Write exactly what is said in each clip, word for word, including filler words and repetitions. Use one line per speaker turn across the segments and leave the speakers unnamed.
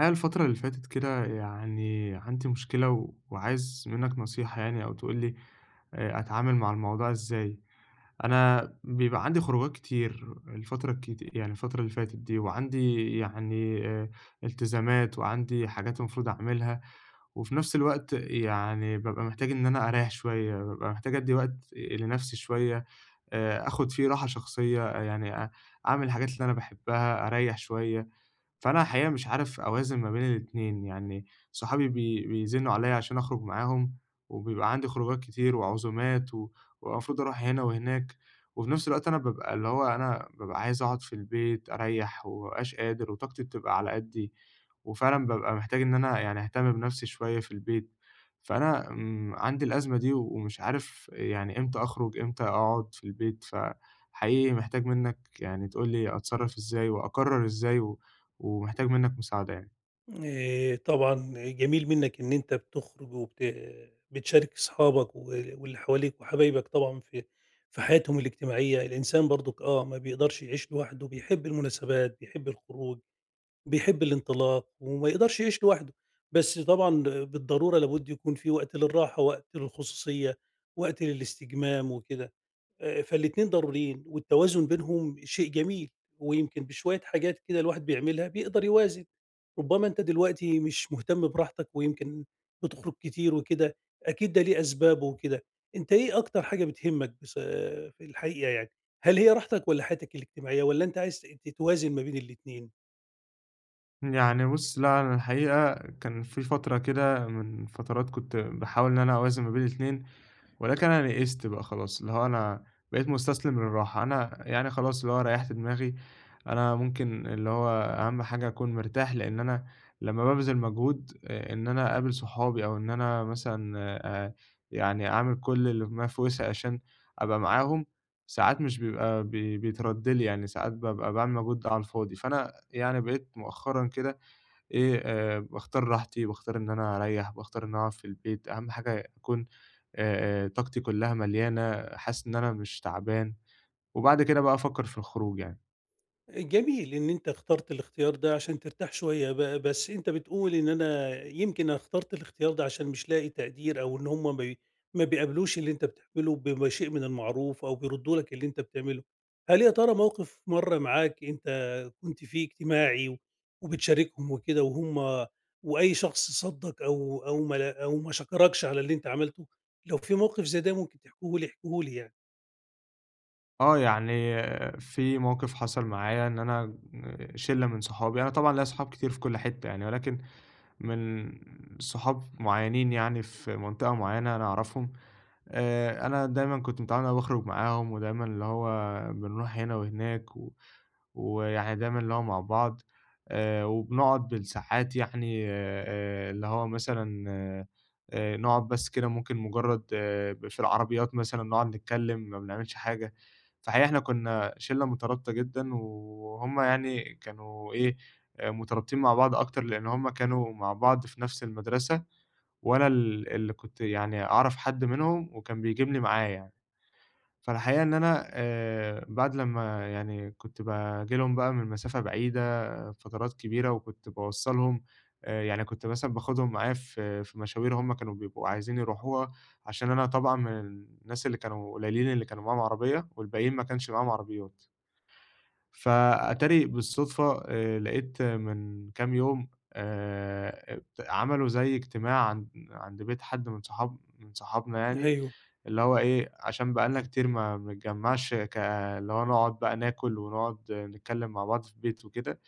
أنا الفترة اللي فاتت كده يعني عندي مشكلة و وعايز منّك نصيحة يعني أو تقول لي آآ أتعامل مع الموضوع إزاي. أنا بيبقى عندي خروجات كتير الفترة الكت يعني الفترة اللي فاتت دي، وعندي يعني آآ التزامات وعندي حاجات المفروض أعملها، وفي نفس الوقت يعني بابقى محتاج إن أنا أريّح شوية، بابقى محتاج أدّي وقت لنفسي شوية، آآ آخُد فيه راحة شخصية، آه، يعني أ أعمل الحاجات اللي أنا باحبها، أريّح شوية. فأنا الحقيقة مش عارف أوازن ما بين الاتنين، يعني صحابي بي بيزنّوا عليّا عشان أخرج معاهم، وبيبقى عندي خروجات كتير وعزومات و والمفروض أروح هنا وهناك، وفي نفس الوقت أنا بابقى اللي هو أنا بابقى عايز أقعد في البيت أريّح وما بابقاش قادر وطاقتي بتبقى على قدّي، وفعلًا بابقى محتاج إن أنا يعني أهتم بنفسي شوية في البيت. فأنا إمم، عندي الأزمة دي ومش عارف يعني إمتى أخرج، إمتى أقعد في البيت، فحقيقي محتاج منّك يعني تقول لي أتصرّف إزاي وأقرّر إزاي و ومحتاج منّك مساعدة يعني.
آآ طبعًا جميل منّك إن أنت بتخرج وبت بتشارك أصحابك و واللي حواليك وحبايبك طبعًا في في حياتهم الاجتماعية، الإنسان برضُك آه، ما بيقدرش يعيش لوحده، بيحب المناسبات، بيحب الخروج، بيحب الانطلاق وما يقدرش يعيش لوحده، بس طبعًا بالضرورة لابد يكون في وقت للراحة، وقت للخصوصية، وقت للاستجمام وكده. آآ فالاتنين ضروريين والتوازن بينهم شيء جميل، ويمكن بشوية حاجات كده الواحد بيعملها بيقدر يوازن. ربما أنت دلوقتي مش مهتم براحتك ويمكن بتخرج كتير وكده، أكيد ده ليه أسبابه وكده. أنت إيه أكتر حاجة بتهمك بص في الحقيقة يعني؟ هل هي راحتك والّا حياتك الاجتماعية والّا أنت عايز ت توازن ما بين الاتنين؟
يعني بُص، لأ أنا الحقيقة كان في فترة كده من فترات كنت باحاول إن أنا أوازن ما بين الاتنين، ولكن أنا يئست بقى خلاص، اللي هو أنا بقيت مستسلم للراحة، أنا يعني خلاص اللي هو ريّحت دماغي، أنا ممكن اللي هو أهم حاجة أكون مرتاح، لإن أنا لمّا بابذل مجهود آآ إن أنا أقابل صحابي أو إن أنا مثلًا آآ يعني أعمل كل اللي ما في وسعي عشان أبقى معاهم، ساعات مش بيبقى بي بيترد لي يعني، ساعات بابقى باعمل مجهود على الفاضي، فأنا يعني بقيت مؤخرًا كده إيه آآ باختار راحتي، باختار إن أنا أريّح، باختار إن أنا أقعد في البيت، أهم حاجة أكون آآ آآ طاقتي كلّها مليانة، حاسس إن أنا مش تعبان، وبعد كده بقى أفكّر في الخروج يعني.
جميل إن أنت اخترت الاختيار ده عشان ترتاح شوية ب بس أنت بتقول إن أنا يمكن أنا اخترت الاختيار ده عشان مش لاقي تقدير أو إن هم ما بي ما بيقابلوش اللي أنت بتعمله بما شيء من المعروف أو بيردّوا لك اللي أنت بتعمله. هل يا ترى موقف مَر معاك أنت كنت فيه اجتماعي و وبتشاركهم وكده وهم وأي شخص صَدّك أو أو ما لا أو ما شكركش على اللي أنت عملته؟ لو في موقف زي ده ممكن تحكيه لي، احكيه لي يعني.
آه، يعني آه، في موقِف حصل معايا إن أنا آه، شِلّة من صحابي أنا طبعًا ليّا صحاب كتير في كل حتّة يعني ولكن من صحاب معيّنين يعني في منطقة معيّنة أنا أعرفهم، آآ أنا دايمًا كنت متعوّد إن أنا باخرج معاهم، ودايمًا اللي هو بنروح هنا وهناك و ويعني دايمًا اللي هو مع بعض، آآ وبنقعد بالساعات يعني آآ اللي هو مثلًا آآ نقعد بس كده ممكن مجرّد آه، في العربيات مثلًا نقعد نتكلّم، ما بنعملش حاجة، فحقيقة إحنا كُنّا شِلّة مترابطة جدًا، وهُم يعني كانوا إيه، آآ مترابطين مع بعض أكتر لإن هُم كانوا مع بعض في نفس المدرسة وأنا ال اللي كنت يعني أعرف حد منهم وكان بيجيبني معاه يعني. فالحقيقة إن أنا آآ بعد لمّا يعني كنت باجي لهم بقى من مسافة بعيدة فترات كبيرة وكنت باوصّلهم، آآ يعني كنت مثلًا باخدهم معايا في في مشاوير هم كانوا بيبقوا عايزين يروحوها، عشان أنا طبعًا من الناس اللي كانوا قليلين اللي كانوا معاهم عربية والباقيين ما كانش معاهم عربيات. فأتاري بالصدفة آآ لقيت من كام يوم آآ ات عملوا زي اجتماع عند عند بيت حد من صحاب من صحابنا يعني،
أيوه.
اللي هو إيه، عشان بقى لنا
إمم.
كتير ما بنتجمّعش، ك اللي هو نقعد بقى ناكل ونقعد نتكلّم مع بعض في البيت وكده،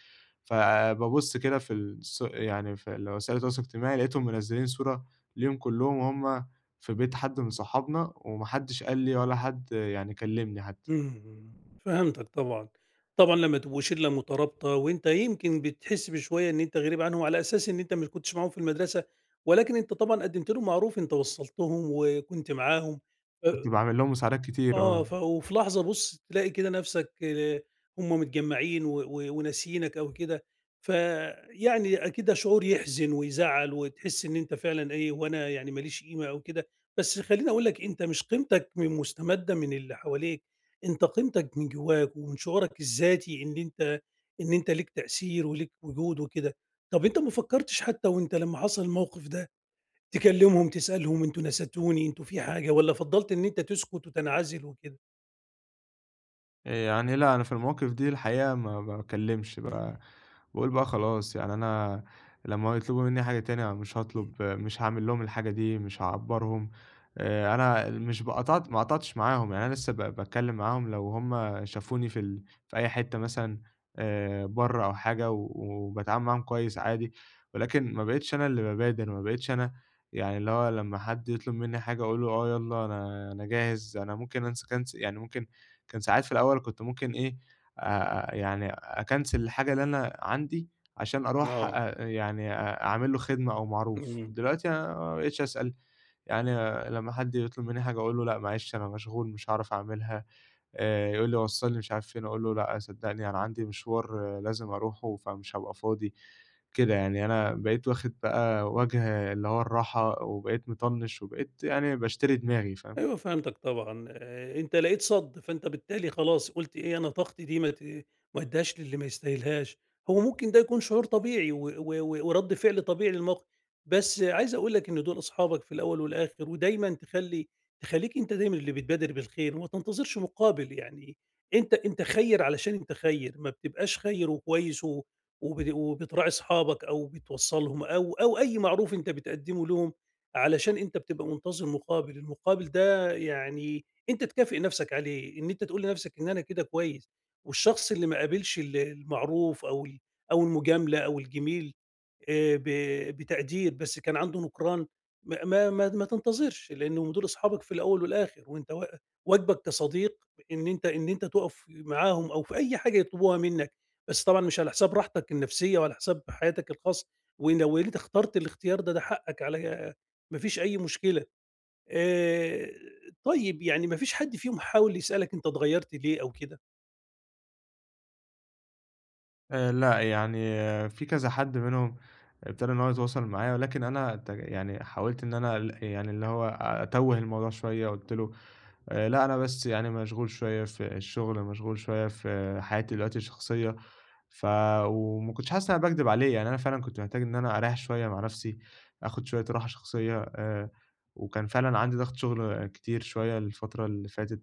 فبابُص كده في الص يعني في ال وسائل التواصل الاجتماعي لقيتهم منزّلين صورة ليهم كلّهم وهُم في بيت حد من صحابنا وما حدّش قال لي ولا حد يعني كلّمني حتى.
إمم، فهمتك طبعًا. طبعًا لمّا تبقوا شلّة مترابطة وأنت يمكن بتحس بشوية إن أنت غريب عنهم على أساس إن أنت ما كنتش معاهم في المدرسة، ولكن أنت طبعًا قدّمت لهم معروف، أنت وصّلتهم وكنت معاهم. ف
كنت باعمل لهم مساعدات كتير،
آه،
آه.
ف وفي لحظة بُص تلاقي كده نَفْسك هُم متجمّعين و و وناسيينك أو كده، فيعني أكيد ده شعور يحزن ويزعّل وتحس إن أنت فعلًا إيه، هو أنا يعني ما ليش قيمة أو كده، بس خلّيني أقول لك أنت مش قيمتك م مستمدة من اللي حواليك، أنت قيمتك من جواك ومن شعورك الذاتي إن أنت إن أنت ليك تأثير وليك وجود وكده. طَب أنت ما فكّرتش حتى وأنت لمّا حصل الموقف ده تكلّمهم تسألهم أنتم نسيتوني، أنتم في حاجة والّا فضّلت إن أنت تسكت وتنعزل وكده؟
آآ يعني لأ، أنا في المواقف دي الحقيقة ما ما باكلّمش بقى،
إمم،
باقول بقى خلاص يعني أنا لمّا يطلبوا منّي حاجة تانية مش هاطلب، مش هاعمل لهم الحاجة دي، مش هاعبّرهم. آآ أنا مش باقاطعت ما قاطعتش معاهم، يعني أنا لسه ب باتكلّم معاهم لو هُم شافوني في ال في أي حتّة مثلًا آآ برّه أو حاجة و وباتعامل معاهم كويس عادي، ولكن ما بقيتش أنا اللي بابادر، ما بقيتش أنا يعني اللي هو لمّا حد يطلب منّي حاجة أقول له آه يالّا، أنا أنا جاهز، أنا ممكن أنسى كنس يعني ممكن كان ساعات في الأول كنت ممكن إيه، آآ يعني أكنسل الحاجة اللي أنا عندي عشان
إمم،
أروح
آه،
أ يعني أ أعمل له خدمة أو معروف،
إمم،
دلوقتي أنا ما بقيتش أسأل، يعني آه لمّا حد يطلب منّي حاجة أقول له: "لأ معلش أنا مشغول مش هاعرف أعملها." آآ يقول لي: "وصّلني مش عارف فين." أقول له: "لأ صدّقني أنا عندي مشوار آه لازم أروحه فمش هابقى فاضي." كده يعني أنا بقيت واخد بقى وَجْه اللي هو الراحة وبقيت مطنِّش وبقيت يعني باشتري دماغي، فاهم؟
أيوه فهمتك طبعًا. آآ أنت لقيت صَد، فأنت بالتالي خلاص قُلت إيه، أنا طاقتي دي ما ت ما أدّيهاش للي ما يستاهلهاش، هو ممكن ده يكون شعور طبيعي و و و ورَد فعل طبيعي للموقف، بس عايز أقول لك إن دول أصحابك في الأول والآخر، ودايمًا تخلّي تخلّيك أنت دايمًا اللي بتبادر بالخير وما تنتظرش مقابل، يعني أنت أنت خيّر علشان أنت خيّر، ما بتبقاش خيّر وكويس و وب وبتراعي أصحابك أو بتوصّلهم أو أو أي معروف أنت بتقدّمه لهم علشان أنت بتبقى منتظر مقابل، المقابل يعني أنت تكافئ نفسك عليه، إن أنت تقول لنفسك إن أنا كده كويس، والشخص اللي ما قابلش ال المعروف أو ال أو المجاملة أو الجميل آآ ب بتقدير بس كان عنده نُكران، ما ما ما ما تنتظرش، لإنهم دول أصحابك في الأول والآخر، وأنت وا واجبك كصديق إن أنت إن أنت تُقف معاهم أو في أي حاجة يطلبوها منّك، بس طبعًا مش على حساب راحتك النفسية وعلى حساب حياتك الخاصة، ولو أنت اخترت الاختيار ده، ده حقك على ما فيش أي مشكلة. آآ طيب يعني ما فيش حد فيهم حاول يسألك أنت اتغيّرت ليه أو كده؟
آآ لأ، يعني آه، في كذا حد منهم ابتدى إن هو يتواصل معايا، ولكن أنا ت يعني حاولت إن أنا ال يعني اللي هو أتوّه الموضوع شوية، قُلت له آآ لأ، أنا بس يعني مشغول شوية في الشغل، مشغول شوية في حياتي دلوقتي الشخصية، ف وما كنتش حاسس إن أنا باكدب عليه، يعني أنا فعلًا كنت محتاج إن أنا أريّح شوية مع نفسي، آخد شوية راحة شخصية، آآ وكان فعلًا عندي ضغط شغل كتير شوية الفترة اللي فاتت،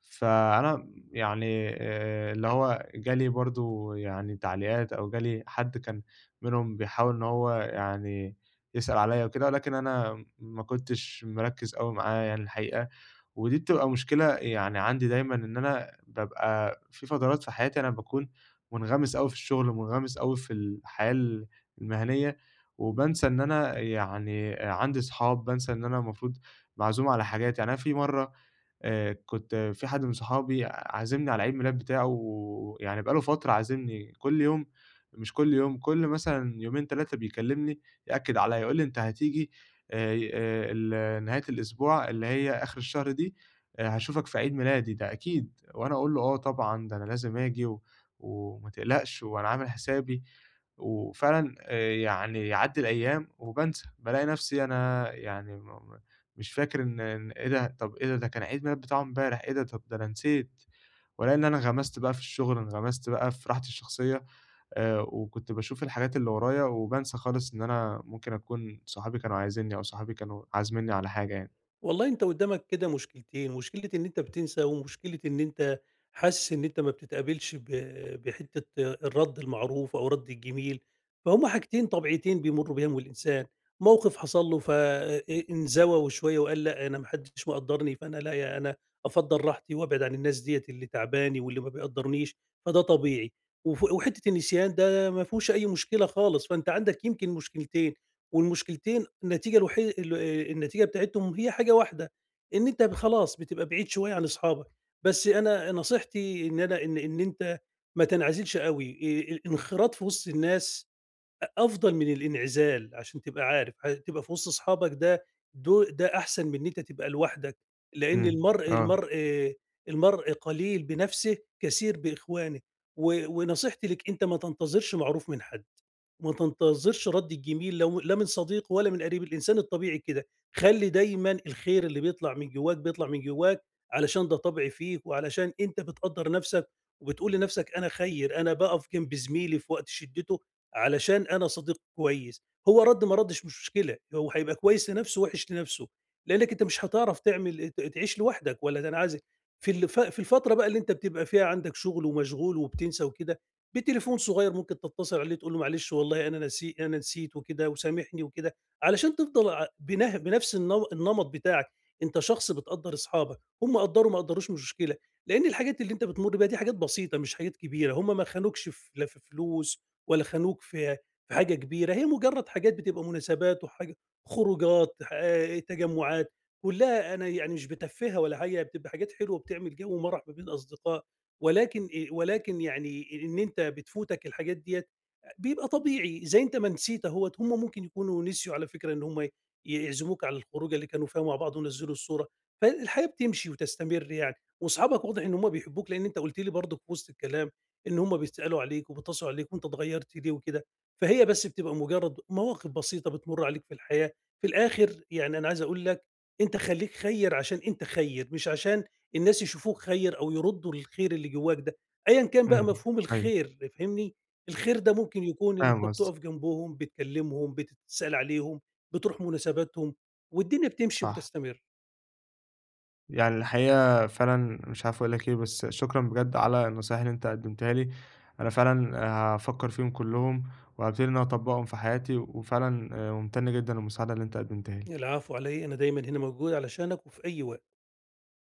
فأنا يعني آآ اللي هو جالي برضه يعني تعليقات أو جالي حد كان منهم بيحاول إن هو يعني يسأل عليّا وكده، ولكن أنا ما كنتش مركّز أوي معاه يعني الحقيقة، ودي بتبقى مشكلة يعني عندي دايمًا إن أنا بابقى في فترات في حياتي أنا باكون منغمس أوي في الشغل، منغمس أوي في الحياة ال المهنية، وبانسى إن أنا يعني عندي صحاب، بانسى إن أنا المفروض معزوم على حاجات، يعني أنا في مرّة آآ كنت في حد من صحابي عازمني على عيد ميلاد بتاعه، ويعني بقى له فترة عازمني كل يوم، مش كل يوم، كل مثلًا يومين تلاتة بيكلمني يأكد عليّا، يقول لي: "أنت هتيجي آآ آآ ال نهاية الأسبوع اللي هي آخر الشهر دي، آآ هاشوفك في عيد ميلادي ده أكيد." وأنا أقول له: "آه طبعًا، ده أنا لازم آجي و وما تقلقش وأنا عامل حسابي." وفعلًا آآ يعني يعدّي الأيام وبانسى، بالاقي نفسي أنا يعني م مش فاكر، إن إن إيه ده، طَب إيه ده، ده كان عيد ميلاد بتاعه إمبارح، إيه ده، طَب ده أنا نسيت، والاقي إن أنا انغمست بقى في الشغل، انغمست بقى في راحتي الشخصية، آآ وكنت باشوف الحاجات اللي ورايا وبانسى خالص إن أنا ممكن أكون صحابي كانوا عايزينّي أو صحابي كانوا عازمينّي على حاجة يعني.
والله أنت قدّامك كده مشكلتين، مشكلة إن أنت بتنسى، ومشكلة إن أنت حاسس إن أنت ما بتتقابلش ب بحتّة الرَد المعروف أو رَد الجميل، فهُم حاجتين طبيعتين بيمُر بيهم الإنسان، موقف حصل له ف آآ، انزوى وشوية وقال لأ، أنا ما حدّش مقدّرني فأنا لا ي أنا أفضّل راحتي وأبعد عن الناس ديّة اللي تعباني واللي ما بيقدّرنيش، فده طبيعي، وف وحتّة النسيان ده ما فيهوش أي مشكلة خالص، فأنت عندك يمكن مشكلتين. والمشكلتين النتيجة الوحي ال آآ النتيجة بتاعتهم هي حاجة واحدة، إن أنت ب خلاص بتبقى بعيد شوية عن أصحابك، بس أنا نصيحتي إن أنا إن إن أنت ما تنعزلش أوي. آآ الانخراط في وسط الناس أ أفضل من الانعزال عشان تبقى عارف، ه تبقى في وسط أصحابك ده دو ده أحسن من إن أنت تبقى لوحدك، لإن
إمم،
المرء
آه،
المرء المرء قليل بنفسه كثير بإخوانه، و ونصيحتي ليك أنت ما تنتظرش معروف من حد. ما تنتظرش رد الجميل لو لا من صديق ولا من قريب. الانسان الطبيعي كده خلي دايما الخير اللي بيطلع من جواك بيطلع من جواك علشان ده طبع فيك وعلشان انت بتقدر نفسك وبتقول لنفسك انا خير، انا بقف جنب زميلي في وقت شدته علشان انا صديق كويس. هو رد ما ردش مش مشكله، هو هيبقى كويس لنفسه وحش لنفسه، لانك انت مش هتعرف تعمل ت- تعيش لوحدك ولا تنعزل. في الف- في الفتره بقى اللي انت بتبقى فيها عندك شغل ومشغول وبتنسى وكده، بتليفون صغير ممكن تتصل عليه تقول له معلش والله أنا نسي أنا نسيت وكده وسامحني وكده، علشان تفضل ع بنه بنفس النم النمط بتاعك، أنت شخص بتقدّر أصحابك، هم قدّروا ما قدّروش مش مشكلة، لإن الحاجات اللي أنت بتمُر بيها دي حاجات بسيطة مش حاجات كبيرة، هم ما خانوكش في لا في فلوس ولا خانوك في في حاجة كبيرة، هي مجرّد حاجات بتبقى مناسبات وحاجة خروجات، آآ، تجمُّعات، كُلّها أنا يعني مش بتفّهة ولا حاجة، هي بتبقى حاجات حلوة بتعمل جو ومَرَح ما بين الأصدقاء. ولكن آآ ولكن يعني إن أنت بتفوتك الحاجات ديّة بيبقى طبيعي، زي أنت ما نسيت أهوّة، هم ممكن يكونوا نسيوا على فكرة إن هم ي يعزموك على الخروجة اللي كانوا فيها مع بعض ونزّلوا الصورة، فالحياة بتمشي وتستمر يعني، وأصحابك واضح إن هم بيحبوك لإن أنت قُلت لي برضه في وسط الكلام إن هم بيسألوا عليك وبيتصلوا عليك وأنت اتغيّرت ليه وكده، فهي بس بتبقى مجرّد مواقف بسيطة بتمُر عليك في الحياة، في الآخر يعني أنا عايز أقول لك أنت خلّيك خيّر عشان أنت خيّر، مش عشان الناس يشوفوك خير أو يردّوا الخير اللي جواك ده، أيًا كان بقى
إمم،
مفهوم
أيوه،
الخير فاهمني، الخير ده ممكن يكون إن أنت
فاهم قصدك،
بتقف جنبهم، بتكلمهم، بتتسأل عليهم، بتروح مناسباتهم، والدنيا بتمشي
صح.
وتستمر.
يعني الحقيقة فعلًا مش عارف أقول لك إيه، بس شكرًا بجد على النصايح اللي أنت قدّمتها لي، أنا فعلًا هافكّر فيهم كلّهم، وهابتدي إن أنا أطبّقهم في حياتي، وفعلًا آآ ممتن جدًا للمساعدة اللي أنت قدّمتها لي.
العفو على إيه، أنا دايمًا هنا موجود علشانك وفي أي وقت.